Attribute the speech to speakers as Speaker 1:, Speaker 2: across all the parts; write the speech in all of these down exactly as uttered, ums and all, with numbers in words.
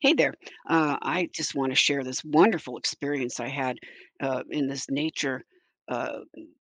Speaker 1: Hey there. Uh, I just want to share this wonderful experience I had uh, in this nature, uh,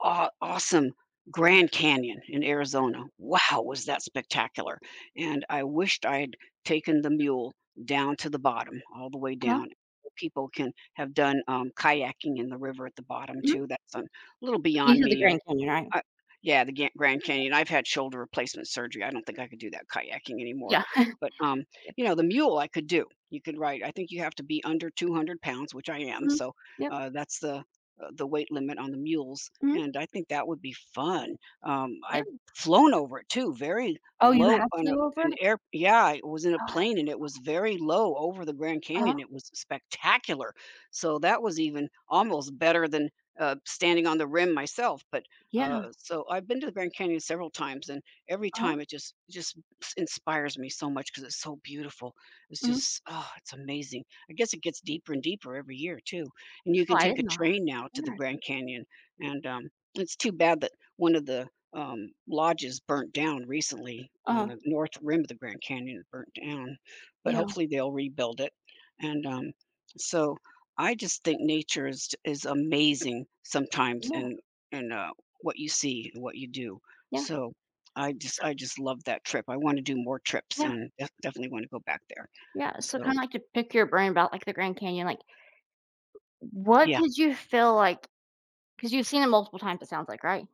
Speaker 1: aw- awesome Grand Canyon in Arizona. Wow, was that spectacular! And I wished I had taken the mule down to the bottom, all the way
Speaker 2: Uh-huh.
Speaker 1: down. People can have done um, kayaking in the river at the bottom
Speaker 2: Mhm.
Speaker 1: too. That's a little
Speaker 2: You
Speaker 1: beyond
Speaker 2: said the
Speaker 1: me.
Speaker 2: Grand Canyon, right?
Speaker 1: I Yeah, the Gan Grand Canyon. I've had shoulder replacement surgery. I don't think I could do that kayaking anymore.
Speaker 2: Yeah.
Speaker 1: But, um, you
Speaker 2: Yep.
Speaker 1: know, the mule I could do. You could ride I think you have to be under two hundred pounds, which I am,
Speaker 2: Mhm.
Speaker 1: so,
Speaker 2: Yep.
Speaker 1: uh, that's the, uh, the weight limit on the mules,
Speaker 2: Mhm.
Speaker 1: and I think that would be fun. Um,
Speaker 2: Yeah.
Speaker 1: I've flown over it too, very
Speaker 2: Oh, you
Speaker 1: low
Speaker 2: have
Speaker 1: on a
Speaker 2: flew over
Speaker 1: an
Speaker 2: it?
Speaker 1: air yeah, I was in a
Speaker 2: Oh,
Speaker 1: plane, and it was very low over the Grand Canyon.
Speaker 2: uh-huh.
Speaker 1: It was spectacular. So that was even almost better than, uh, standing on the rim myself, but
Speaker 2: Yeah.
Speaker 1: uh, so I've been to the Grand Canyon several times, and every
Speaker 2: Uh-huh.
Speaker 1: time it just just s- inspires me so much because it's so beautiful. It's
Speaker 2: Mhm.
Speaker 1: just oh, it's amazing. I guess it gets deeper and deeper every year too, and you
Speaker 2: Oh,
Speaker 1: can
Speaker 2: I
Speaker 1: take a
Speaker 2: didn't know that.
Speaker 1: train now
Speaker 2: That's
Speaker 1: to the
Speaker 2: interesting.
Speaker 1: Grand Canyon. And um, It's too bad that one of the um, lodges burnt down recently on
Speaker 2: Uh-huh.
Speaker 1: the north rim of the Grand Canyon. It burnt down, but
Speaker 2: Yeah.
Speaker 1: hopefully they'll rebuild it. And um, so I just think nature is is amazing sometimes,
Speaker 2: Yeah.
Speaker 1: and and uh, what you see and what you do.
Speaker 2: Yeah.
Speaker 1: So I just
Speaker 2: So
Speaker 1: I just love that trip. I want to do more trips
Speaker 2: yeah.
Speaker 1: and def- definitely want to go back there.
Speaker 2: Yeah. So
Speaker 1: So
Speaker 2: kinda like to pick your brain about, like, the Grand Canyon, like, what
Speaker 1: yeah,
Speaker 2: did you feel like? Because 'cause you've seen it multiple times, it sounds like, right?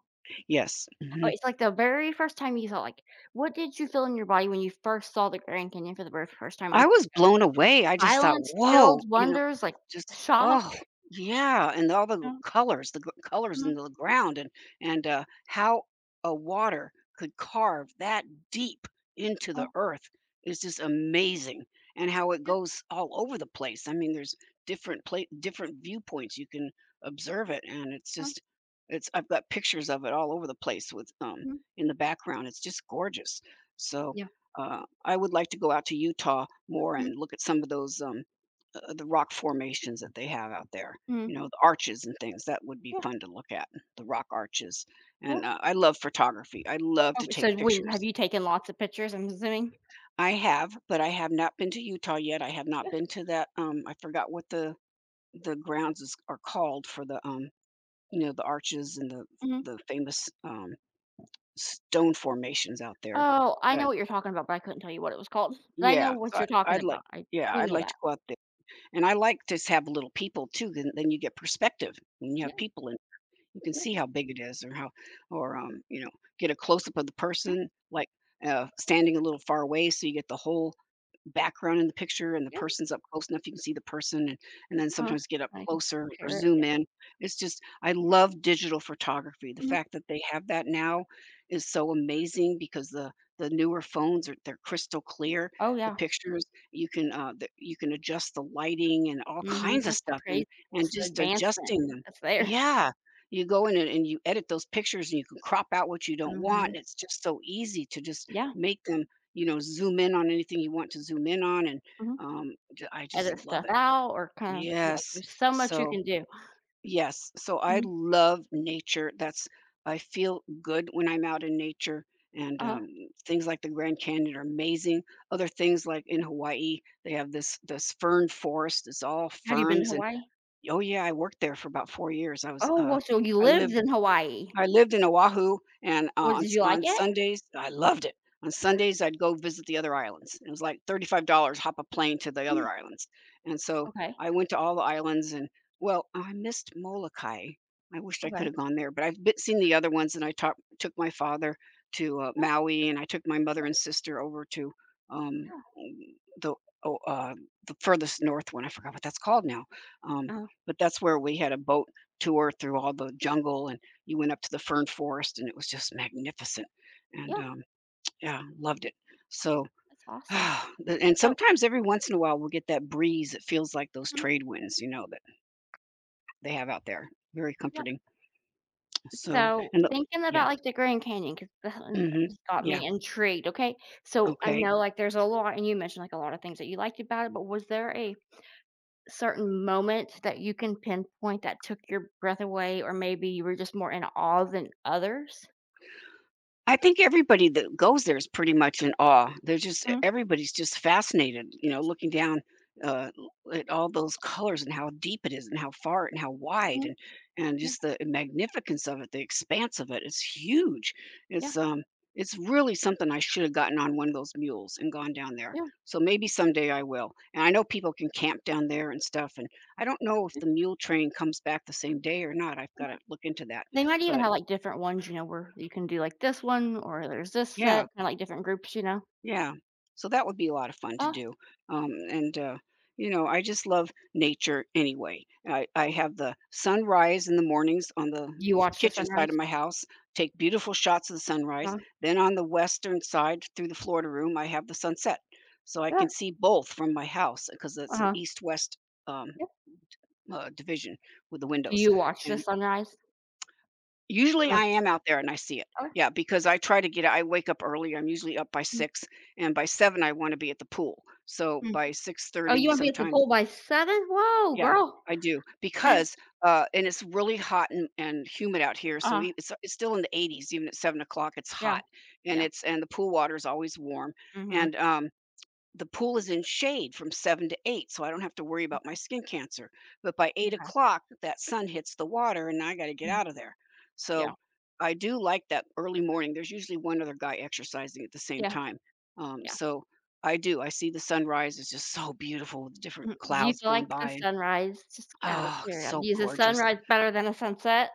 Speaker 1: yes.
Speaker 2: Oh,
Speaker 1: Mhm.
Speaker 2: it's like the very first time you saw, like what did you feel in your body when you first saw the Grand Canyon for the very first time?
Speaker 1: I
Speaker 2: Was it
Speaker 1: was
Speaker 2: like
Speaker 1: blown away, I
Speaker 2: a
Speaker 1: just thought,
Speaker 2: silence,
Speaker 1: "Whoa,"
Speaker 2: chills,
Speaker 1: you know,
Speaker 2: wonders,
Speaker 1: it's
Speaker 2: like
Speaker 1: just
Speaker 2: shock?
Speaker 1: oh, yeah, and all the
Speaker 2: Uh,
Speaker 1: colors, the g colors
Speaker 2: mhm.
Speaker 1: in the ground and and, uh, how a water could carve that deep into the
Speaker 2: Uh
Speaker 1: earth is just amazing, and how it
Speaker 2: Yeah,
Speaker 1: goes all over the place, I mean, there's different pla different viewpoints you can observe it, and it's
Speaker 2: mhm,
Speaker 1: just it's I've got pictures of it all over the place with, um
Speaker 2: mhm,
Speaker 1: in the background, it's just gorgeous, so,
Speaker 2: yeah,
Speaker 1: uh I would like to go out to Utah more
Speaker 2: mhm,
Speaker 1: and look at some of those um uh, the rock formations that they have out there.
Speaker 2: mhm.
Speaker 1: You know, the arches and things that would be
Speaker 2: Yeah,
Speaker 1: fun to look at the rock arches.
Speaker 2: yeah.
Speaker 1: And uh, I love photography. I love to
Speaker 2: Okay, so
Speaker 1: take
Speaker 2: when have
Speaker 1: pictures.
Speaker 2: you taken lots of pictures, I'm assuming?
Speaker 1: I have, but I have not been to Utah yet. I have not
Speaker 2: Yeah.
Speaker 1: been to that. Um, I forgot what the the grounds is, are called for the um you know the arches and the
Speaker 2: Mhm.
Speaker 1: the famous um stone formations out there.
Speaker 2: Oh, I
Speaker 1: But
Speaker 2: know
Speaker 1: I,
Speaker 2: what you're talking about, but I couldn't tell you what it was called, but I know
Speaker 1: yeah, so
Speaker 2: what
Speaker 1: I,
Speaker 2: you're talking
Speaker 1: I'd like
Speaker 2: about, I
Speaker 1: Yeah,
Speaker 2: do
Speaker 1: I'd
Speaker 2: know
Speaker 1: like to
Speaker 2: that.
Speaker 1: go out. And I like to have little people too, then then you get perspective when you
Speaker 2: Yeah,
Speaker 1: have people you can
Speaker 2: yeah,
Speaker 1: see how big it is or how or um, you know, get a close up of the
Speaker 2: mhm,
Speaker 1: person like uh, standing a little far away so you get the whole background in the picture and the
Speaker 2: yeah,
Speaker 1: person's up close enough you can see the person, and, and then
Speaker 2: uh,
Speaker 1: sometimes get up
Speaker 2: kinda
Speaker 1: closer or
Speaker 2: compare it,
Speaker 1: zoom
Speaker 2: yeah,
Speaker 1: in. It's just I love digital photography, the
Speaker 2: mhm.
Speaker 1: fact that they have that now is so amazing because the the newer phones are they're crystal clear,
Speaker 2: Oh,
Speaker 1: the
Speaker 2: yeah,
Speaker 1: pictures. You can uh the, you can adjust the lighting and all
Speaker 2: mhm,
Speaker 1: kinds of
Speaker 2: that's
Speaker 1: stuff, and
Speaker 2: crazy,
Speaker 1: and
Speaker 2: that's the
Speaker 1: just
Speaker 2: advancement
Speaker 1: adjusting them,
Speaker 2: that's there.
Speaker 1: yeah, you go in and and you edit those pictures and you can crop out what you don't want,
Speaker 2: Mhm,
Speaker 1: and it's just so easy to just
Speaker 2: yeah,
Speaker 1: make them, you know, zoom in on anything you want to zoom in on, and,
Speaker 2: mhm.
Speaker 1: um, j I just
Speaker 2: Edit
Speaker 1: love
Speaker 2: stuff
Speaker 1: it.
Speaker 2: out or kinda do, like
Speaker 1: Yes.
Speaker 2: there's so much you
Speaker 1: So,
Speaker 2: can do.
Speaker 1: yes. So I
Speaker 2: Mhm,
Speaker 1: love nature. That's I feel good when I'm out in nature, and,
Speaker 2: uh-huh.
Speaker 1: um, things like the Grand Canyon are amazing. Other things like in Hawaii, they have this this fern forest, it's all
Speaker 2: Have you been to
Speaker 1: ferns, and
Speaker 2: Hawaii?
Speaker 1: oh, yeah, I worked there for about four years. I was,
Speaker 2: Oh,
Speaker 1: uh
Speaker 2: well, so you
Speaker 1: I
Speaker 2: lived
Speaker 1: lived
Speaker 2: in Hawaii.
Speaker 1: I lived in Oahu, and uh,
Speaker 2: Well,
Speaker 1: on
Speaker 2: did
Speaker 1: s
Speaker 2: you like
Speaker 1: on
Speaker 2: it?
Speaker 1: Sundays I loved it. On Sundays, I'd go visit the other islands. It was like thirty-five dollars hop a plane to the
Speaker 2: Mm.
Speaker 1: other islands, and so
Speaker 2: Okay,
Speaker 1: I went to all the islands and well, I missed Molokai. I wished I could
Speaker 2: okay.
Speaker 1: have gone there, but I've been seen the other ones, and I talked took my father to, uh,
Speaker 2: Yeah,
Speaker 1: Maui, and I took my mother and sister over to, um, the oh, uh, the furthest north one, I forgot what that's called now, um,
Speaker 2: yeah, uh yeah.
Speaker 1: but that's where we had a boat tour through all the jungle, and you went up to the fern forest, and it was just magnificent, and,
Speaker 2: Yeah,
Speaker 1: um, yeah, loved it. So,
Speaker 2: that's awesome.
Speaker 1: the and
Speaker 2: So
Speaker 1: sometimes every once in a while, we'll get that breeze. It feels like those
Speaker 2: mhm,
Speaker 1: trade winds, you know, that they have out there. Very
Speaker 2: yep.
Speaker 1: comforting. So
Speaker 2: So,
Speaker 1: and the
Speaker 2: thinking
Speaker 1: Yeah.
Speaker 2: about, like, the Grand Canyon, because that one
Speaker 1: Mhm.
Speaker 2: has got
Speaker 1: Yeah.
Speaker 2: me intrigued, okay? So, I
Speaker 1: Okay.
Speaker 2: know, like, there's a lot and you mentioned, like, a lot of things that you liked about it, but was there a certain moment that you can pinpoint that took your breath away or maybe you were just more in awe than others?
Speaker 1: I think everybody that goes there is pretty much in awe. They're just e
Speaker 2: Mhm,
Speaker 1: everybody's just fascinated, you know, looking down, uh, at all those colors and how deep it is and how far and how wide
Speaker 2: mhm.
Speaker 1: and and
Speaker 2: Yeah,
Speaker 1: just the magnificence of it, the expanse of it. It's huge.
Speaker 2: yeah,
Speaker 1: It's, um it's really something. I should have gotten on one of those mules and gone down there.
Speaker 2: yeah,
Speaker 1: So maybe someday I will. And I know people can camp down there and stuff, and I don't know if
Speaker 2: yeah.
Speaker 1: the mule train comes back the same day or not. I've gotta look into that.
Speaker 2: They might even
Speaker 1: But,
Speaker 2: have, like, different ones, you know, where you can do, like, this one or there's this set,
Speaker 1: yeah.
Speaker 2: kinda like different groups, you know?
Speaker 1: Yeah. So that would be a lot of fun to
Speaker 2: Oh,
Speaker 1: do. Um, and, uh, you know, I just love nature anyway. I, I
Speaker 2: yeah.
Speaker 1: have the sunrise in the mornings on the
Speaker 2: Do you
Speaker 1: f-
Speaker 2: watch the
Speaker 1: kitchen side of
Speaker 2: sunrise?
Speaker 1: my house, take beautiful shots of the sunrise.
Speaker 2: Uh,
Speaker 1: Then on the western side through the Florida room, I have the sunset. So I
Speaker 2: yeah,
Speaker 1: can see both from my house because it's an
Speaker 2: uh-huh,
Speaker 1: east west um,
Speaker 2: yep.
Speaker 1: uh, division with the
Speaker 2: Do
Speaker 1: windows.
Speaker 2: you watch the sunrise?
Speaker 1: Usually,
Speaker 2: Uh,
Speaker 1: I am out there and I see it.
Speaker 2: okay.
Speaker 1: Yeah, because I try to get I wake up early, I'm usually up by
Speaker 2: Mm,
Speaker 1: six, and by seven, I wanna be at the pool. So,
Speaker 2: mm.
Speaker 1: by
Speaker 2: Oh, you
Speaker 1: six thirty
Speaker 2: wanna be at the
Speaker 1: sometimes,
Speaker 2: pool by seven? Whoa,
Speaker 1: yeah,
Speaker 2: girl.
Speaker 1: I do, because, uh and it's really hot and and humid out here, so
Speaker 2: Uh-huh,
Speaker 1: e it's it's still in the eighties, even at seven o'clock, it's hot,
Speaker 2: yeah.
Speaker 1: and
Speaker 2: Yeah.
Speaker 1: it's and the pool water is always warm,
Speaker 2: Mhm,
Speaker 1: and, um the pool is in shade from seven to eight, so I don't have to worry about my skin cancer. But by eight
Speaker 2: m'kay,
Speaker 1: o'clock, that sun hits the water, and I got to get
Speaker 2: mhm.
Speaker 1: out of there. So
Speaker 2: Yeah,
Speaker 1: I do like that early morning. There's usually one other guy exercising at the same
Speaker 2: yeah,
Speaker 1: time. Um,
Speaker 2: yeah.
Speaker 1: so I do. I see the sunrise. It's just so beautiful with the different
Speaker 2: Mhm. Do you
Speaker 1: clouds
Speaker 2: feel
Speaker 1: going
Speaker 2: like the
Speaker 1: by, and
Speaker 2: sunrise just out of
Speaker 1: oh, it's so
Speaker 2: curiosity, is a
Speaker 1: gorgeous.
Speaker 2: sunrise better than a sunset?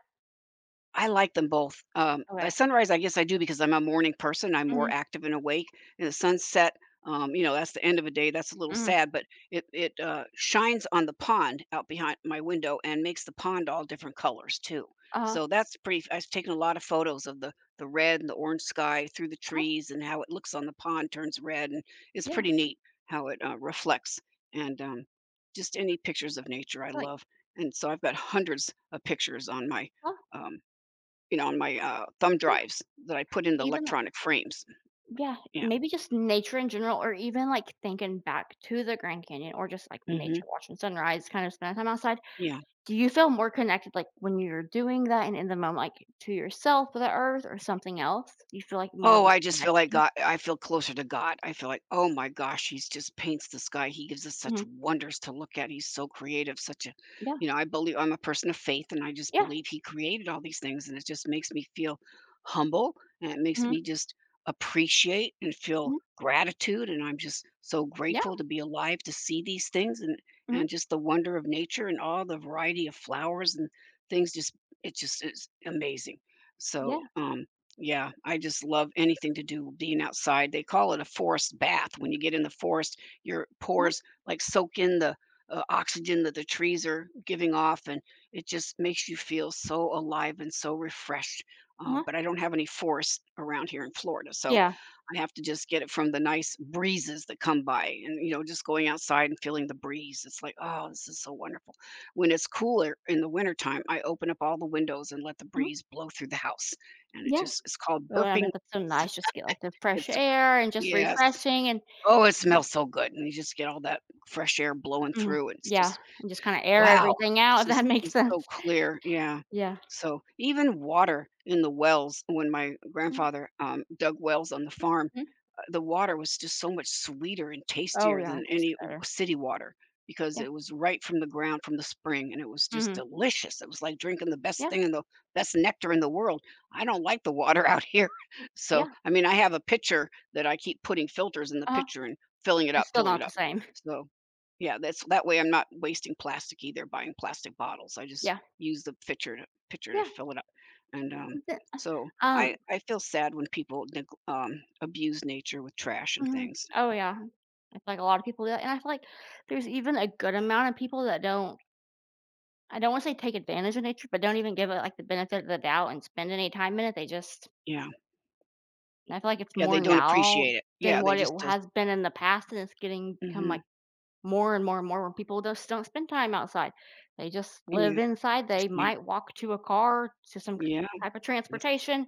Speaker 1: I like them both. Um, by
Speaker 2: Okay.
Speaker 1: sunrise, I guess I do because I'm a morning person. I'm more
Speaker 2: Mhm,
Speaker 1: active and awake. And the sunset, um, you know, that's the end of a day. That's a little
Speaker 2: mhm.
Speaker 1: sad, but it it uh, shines on the pond out behind my window and makes the pond all different colors too.
Speaker 2: Uh-huh,
Speaker 1: So that's pretty. I've taken a lot of photos of the the red and the orange sky through the
Speaker 2: uh-huh,
Speaker 1: trees and how it looks on the pond turns red, and it's
Speaker 2: yeah.
Speaker 1: pretty neat how it uh, reflects. And um, Just any pictures of nature, I
Speaker 2: It's like,
Speaker 1: love. And so I've got hundreds of pictures on my
Speaker 2: oh,
Speaker 1: um, you know, on my, uh, thumb
Speaker 2: yeah,
Speaker 1: drives that I put in
Speaker 2: and
Speaker 1: the
Speaker 2: even, like
Speaker 1: electronic frames.
Speaker 2: Yeah,
Speaker 1: Yeah.
Speaker 2: maybe just nature in general or even, like, thinking back to the Grand Canyon or just, like, nature,
Speaker 1: Mhm.
Speaker 2: watching sunrise, kind of spending time outside.
Speaker 1: Yeah.
Speaker 2: Do you feel more connected, like, when you're doing that and in the moment, like, to yourself, the earth, or something else? Do you feel like more of
Speaker 1: Oh,
Speaker 2: a
Speaker 1: I just feel like
Speaker 2: connection?
Speaker 1: God I feel closer to God. I feel like, "Oh my gosh, he's just paints the sky. He gives us such
Speaker 2: Mhm.
Speaker 1: wonders to look at. He's so creative, such a."
Speaker 2: Yeah,
Speaker 1: You know, I believe I'm a person of faith, and I just
Speaker 2: yeah,
Speaker 1: believe he created all these things, and it just makes me feel humble, and it makes
Speaker 2: mhm,
Speaker 1: me just appreciate and feel
Speaker 2: mhm,
Speaker 1: gratitude, and I'm just so
Speaker 2: yeah,
Speaker 1: grateful to be alive to see these things and
Speaker 2: mhm,
Speaker 1: and just the wonder of nature and all the variety of flowers and things just it just is amazing.
Speaker 2: yeah,
Speaker 1: So, um, yeah, I just love anything to do with being outside. They call it a forest bath. When you get in the forest, your
Speaker 2: uh-huh,
Speaker 1: pores like soak in the uh, oxygen that the trees are giving off, and it just makes you feel so alive and so refreshed. Uh,
Speaker 2: uh-huh,
Speaker 1: but I don't have any forest around here in Florida, so
Speaker 2: yeah,
Speaker 1: I have to just get it from the nice breezes that come by, and you know, just going outside and feeling the breeze. It's like, oh, this is so wonderful. When it's cooler in the wintertime, I open up all the windows and let the
Speaker 2: mhm,
Speaker 1: breeze blow through the house, and it
Speaker 2: yeah.
Speaker 1: just it's called
Speaker 2: Oh, I
Speaker 1: burping.
Speaker 2: bet that's so nice, just get, like, the fresh
Speaker 1: It's
Speaker 2: air and just
Speaker 1: yes.
Speaker 2: refreshing and
Speaker 1: Oh, it
Speaker 2: mhm,
Speaker 1: smells so good, and you just get all that fresh air blowing
Speaker 2: mhm,
Speaker 1: through, and it's
Speaker 2: yeah,
Speaker 1: just
Speaker 2: and just kinda air
Speaker 1: wow.
Speaker 2: everything
Speaker 1: It's
Speaker 2: out, if that
Speaker 1: just
Speaker 2: makes
Speaker 1: it's so
Speaker 2: sense.
Speaker 1: clear, yeah.
Speaker 2: Yeah.
Speaker 1: So, even water in the wells when my
Speaker 2: Mhm.
Speaker 1: grandfather, um, dug wells on the farm, the water was just so much sweeter and
Speaker 2: Oh,
Speaker 1: tastier
Speaker 2: yeah,
Speaker 1: than
Speaker 2: it tastes
Speaker 1: any w-
Speaker 2: better.
Speaker 1: city water, because
Speaker 2: Yeah.
Speaker 1: it was right from the ground from the spring, and it was just
Speaker 2: Mhm.
Speaker 1: delicious. It was like drinking the best
Speaker 2: Yeah,
Speaker 1: thing in the best nectar in the world. I don't like the water out here so
Speaker 2: yeah,
Speaker 1: I mean I have a pitcher that I keep putting filters in the
Speaker 2: uh-huh.
Speaker 1: pitcher and filling it up,
Speaker 2: It's still
Speaker 1: filling it
Speaker 2: not the
Speaker 1: up,
Speaker 2: same.
Speaker 1: so yeah, that's that way I'm not wasting plastic, either buying plastic bottles. I just
Speaker 2: Yeah,
Speaker 1: use the pitcher to pitcher to
Speaker 2: yeah,
Speaker 1: fill it up, and um,
Speaker 2: it's
Speaker 1: so
Speaker 2: a
Speaker 1: I
Speaker 2: um,
Speaker 1: I feel sad when people neg um, abuse nature with trash and
Speaker 2: mhm.
Speaker 1: things.
Speaker 2: Oh, yeah. I feel like a lot of people do that, and I feel like there's even a good amount of people that don't I don't wanna say take advantage of nature, but don't even give it, like, the benefit of the doubt and spend any time in it, they just
Speaker 1: Yeah.
Speaker 2: and I feel like it's
Speaker 1: Yeah, they
Speaker 2: more
Speaker 1: don't
Speaker 2: now
Speaker 1: appreciate it. Yeah,
Speaker 2: than
Speaker 1: they
Speaker 2: what it
Speaker 1: just just
Speaker 2: has been in the past, and it's getting become,
Speaker 1: Mhm.
Speaker 2: like, more and more and more when people just don't spend time outside. They just
Speaker 1: Yeah,
Speaker 2: live inside,
Speaker 1: it's
Speaker 2: they
Speaker 1: a shame.
Speaker 2: might walk to a car, to some
Speaker 1: Yeah,
Speaker 2: type of
Speaker 1: that's
Speaker 2: transportation.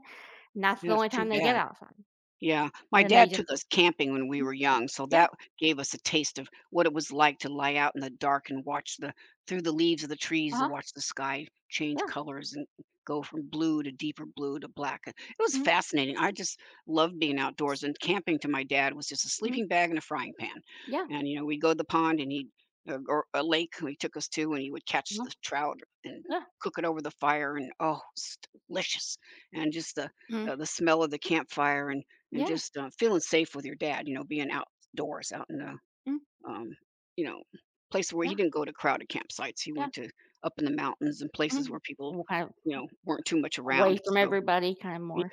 Speaker 2: And that's the
Speaker 1: that's
Speaker 2: only
Speaker 1: too
Speaker 2: time they get
Speaker 1: bad.
Speaker 2: outside,
Speaker 1: Yeah, my
Speaker 2: and then they
Speaker 1: dad
Speaker 2: just
Speaker 1: took us camping when we
Speaker 2: Mm.
Speaker 1: were young, so
Speaker 2: Yeah,
Speaker 1: that gave us a taste of what it was like to lie out in the dark and watch the through the leaves of the trees, to
Speaker 2: uh-huh,
Speaker 1: watch the sky change
Speaker 2: yeah,
Speaker 1: colors and go from blue to deeper blue to black. It was
Speaker 2: mhm,
Speaker 1: fascinating. I just loved being outdoors, and camping to my dad was just a
Speaker 2: mhm,
Speaker 1: sleeping bag and a frying pan.
Speaker 2: yeah,
Speaker 1: And you know, we'd go to the pond and he'd uh, or a lake he took us to, and he would catch
Speaker 2: mhm,
Speaker 1: the trout and
Speaker 2: yeah,
Speaker 1: cook it over the fire and oh, it's delicious. And just the
Speaker 2: mhm,
Speaker 1: uh, the smell of the campfire, and and
Speaker 2: yeah,
Speaker 1: just, uh, feeling safe with your dad, you know, being outdoors, out in the,
Speaker 2: mm,
Speaker 1: um, you know, place where he
Speaker 2: yeah,
Speaker 1: didn't go to crowded campsites. He
Speaker 2: yeah,
Speaker 1: went to up in the mountains and
Speaker 2: Mm.
Speaker 1: places
Speaker 2: And
Speaker 1: where people,
Speaker 2: we're kind of
Speaker 1: you know, weren't too much
Speaker 2: away
Speaker 1: around.
Speaker 2: from
Speaker 1: So,
Speaker 2: everybody, kind of more.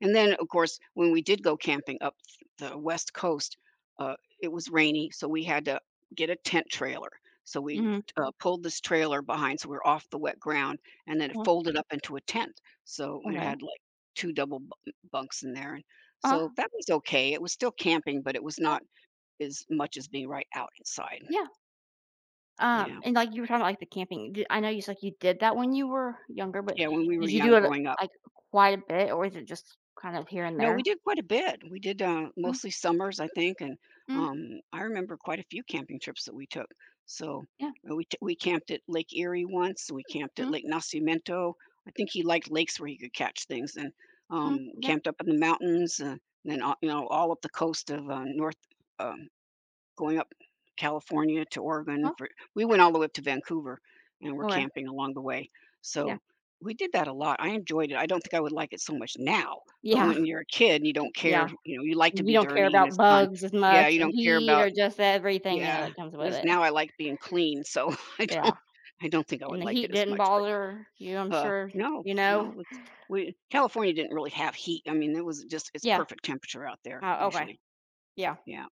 Speaker 1: and then, of course, when we did go camping up the West Coast, uh, it was rainy, so we had to get a tent trailer. So we
Speaker 2: Mhm,
Speaker 1: uh, pulled this trailer behind, so we are off the wet ground, and then it
Speaker 2: uh-huh,
Speaker 1: folded up into a tent. So it
Speaker 2: okay,
Speaker 1: had like two double bu- bunks in there, and
Speaker 2: uh-huh,
Speaker 1: so that was okay. It was still camping, but it was
Speaker 2: uh,
Speaker 1: not as much as being right out inside.
Speaker 2: yeah, um,
Speaker 1: Yeah,
Speaker 2: and, like, you were talking about, like, the camping, Did, I know you said you did that when you were younger, but
Speaker 1: yeah. When we were
Speaker 2: did you
Speaker 1: young,
Speaker 2: do it,
Speaker 1: growing up.
Speaker 2: like, quite a bit, or is it just kind of here and
Speaker 1: No, we
Speaker 2: there?
Speaker 1: did quite a bit. We did, uh,
Speaker 2: Mm,
Speaker 1: mostly summers, I think, and,
Speaker 2: mm,
Speaker 1: um, I remember quite a few camping trips that we took. So,
Speaker 2: yeah,
Speaker 1: uh, we t we camped at Lake Erie once, we camped at
Speaker 2: mm,
Speaker 1: Lake Nacimiento. I think he liked lakes where he could catch things, and,
Speaker 2: mm,
Speaker 1: um,
Speaker 2: yeah,
Speaker 1: camped up in the mountains, uh, and then, a you know, all up the coast of, uh, North, um going up California to Oregon
Speaker 2: uh-huh,
Speaker 1: for we went all the way up to Vancouver, and we're
Speaker 2: okay,
Speaker 1: camping along the way. So
Speaker 2: yeah,
Speaker 1: we did that a lot. I enjoyed it. I don't think I would like it so much now, but
Speaker 2: yeah,
Speaker 1: when you're a kid and you don't
Speaker 2: yeah.
Speaker 1: care, you know, you like to
Speaker 2: You
Speaker 1: be
Speaker 2: don't care
Speaker 1: dirty and
Speaker 2: about
Speaker 1: it's fun.
Speaker 2: bugs as
Speaker 1: Yeah,
Speaker 2: much
Speaker 1: you
Speaker 2: or
Speaker 1: don't care
Speaker 2: heat
Speaker 1: about
Speaker 2: or just everything, you know,
Speaker 1: yeah,
Speaker 2: that comes with
Speaker 1: this
Speaker 2: it.
Speaker 1: now I like being clean, so I don't
Speaker 2: Yeah,
Speaker 1: I don't think I would
Speaker 2: and the
Speaker 1: like it
Speaker 2: heat
Speaker 1: as
Speaker 2: didn't
Speaker 1: much, but
Speaker 2: bother you, I'm
Speaker 1: uh
Speaker 2: sure,
Speaker 1: no,
Speaker 2: you know?
Speaker 1: no, it's we California didn't really have heat. I mean, it was just it's
Speaker 2: Yeah.
Speaker 1: perfect temperature out there
Speaker 2: Oh, okay.
Speaker 1: usually.
Speaker 2: Yeah.
Speaker 1: Yeah.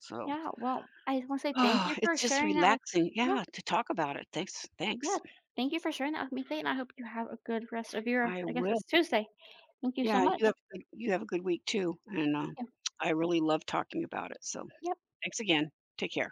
Speaker 1: So
Speaker 2: Yeah, well, I just wanna say thank
Speaker 1: oh,
Speaker 2: you for
Speaker 1: it's just
Speaker 2: sharing that with
Speaker 1: relaxing.
Speaker 2: yeah,
Speaker 1: Yeah, to talk about it. Thanks.
Speaker 2: yeah.
Speaker 1: Thanks.
Speaker 2: Thank you for sharing that with me today, and I hope you have a good rest of your
Speaker 1: I
Speaker 2: I guess
Speaker 1: will.
Speaker 2: it's Tuesday. Thank you so
Speaker 1: Yeah, you
Speaker 2: much.
Speaker 1: have a good you have a good week too. And uh,
Speaker 2: Thank you.
Speaker 1: I really love talking about it. So
Speaker 2: Yeah.
Speaker 1: thanks again. Take care.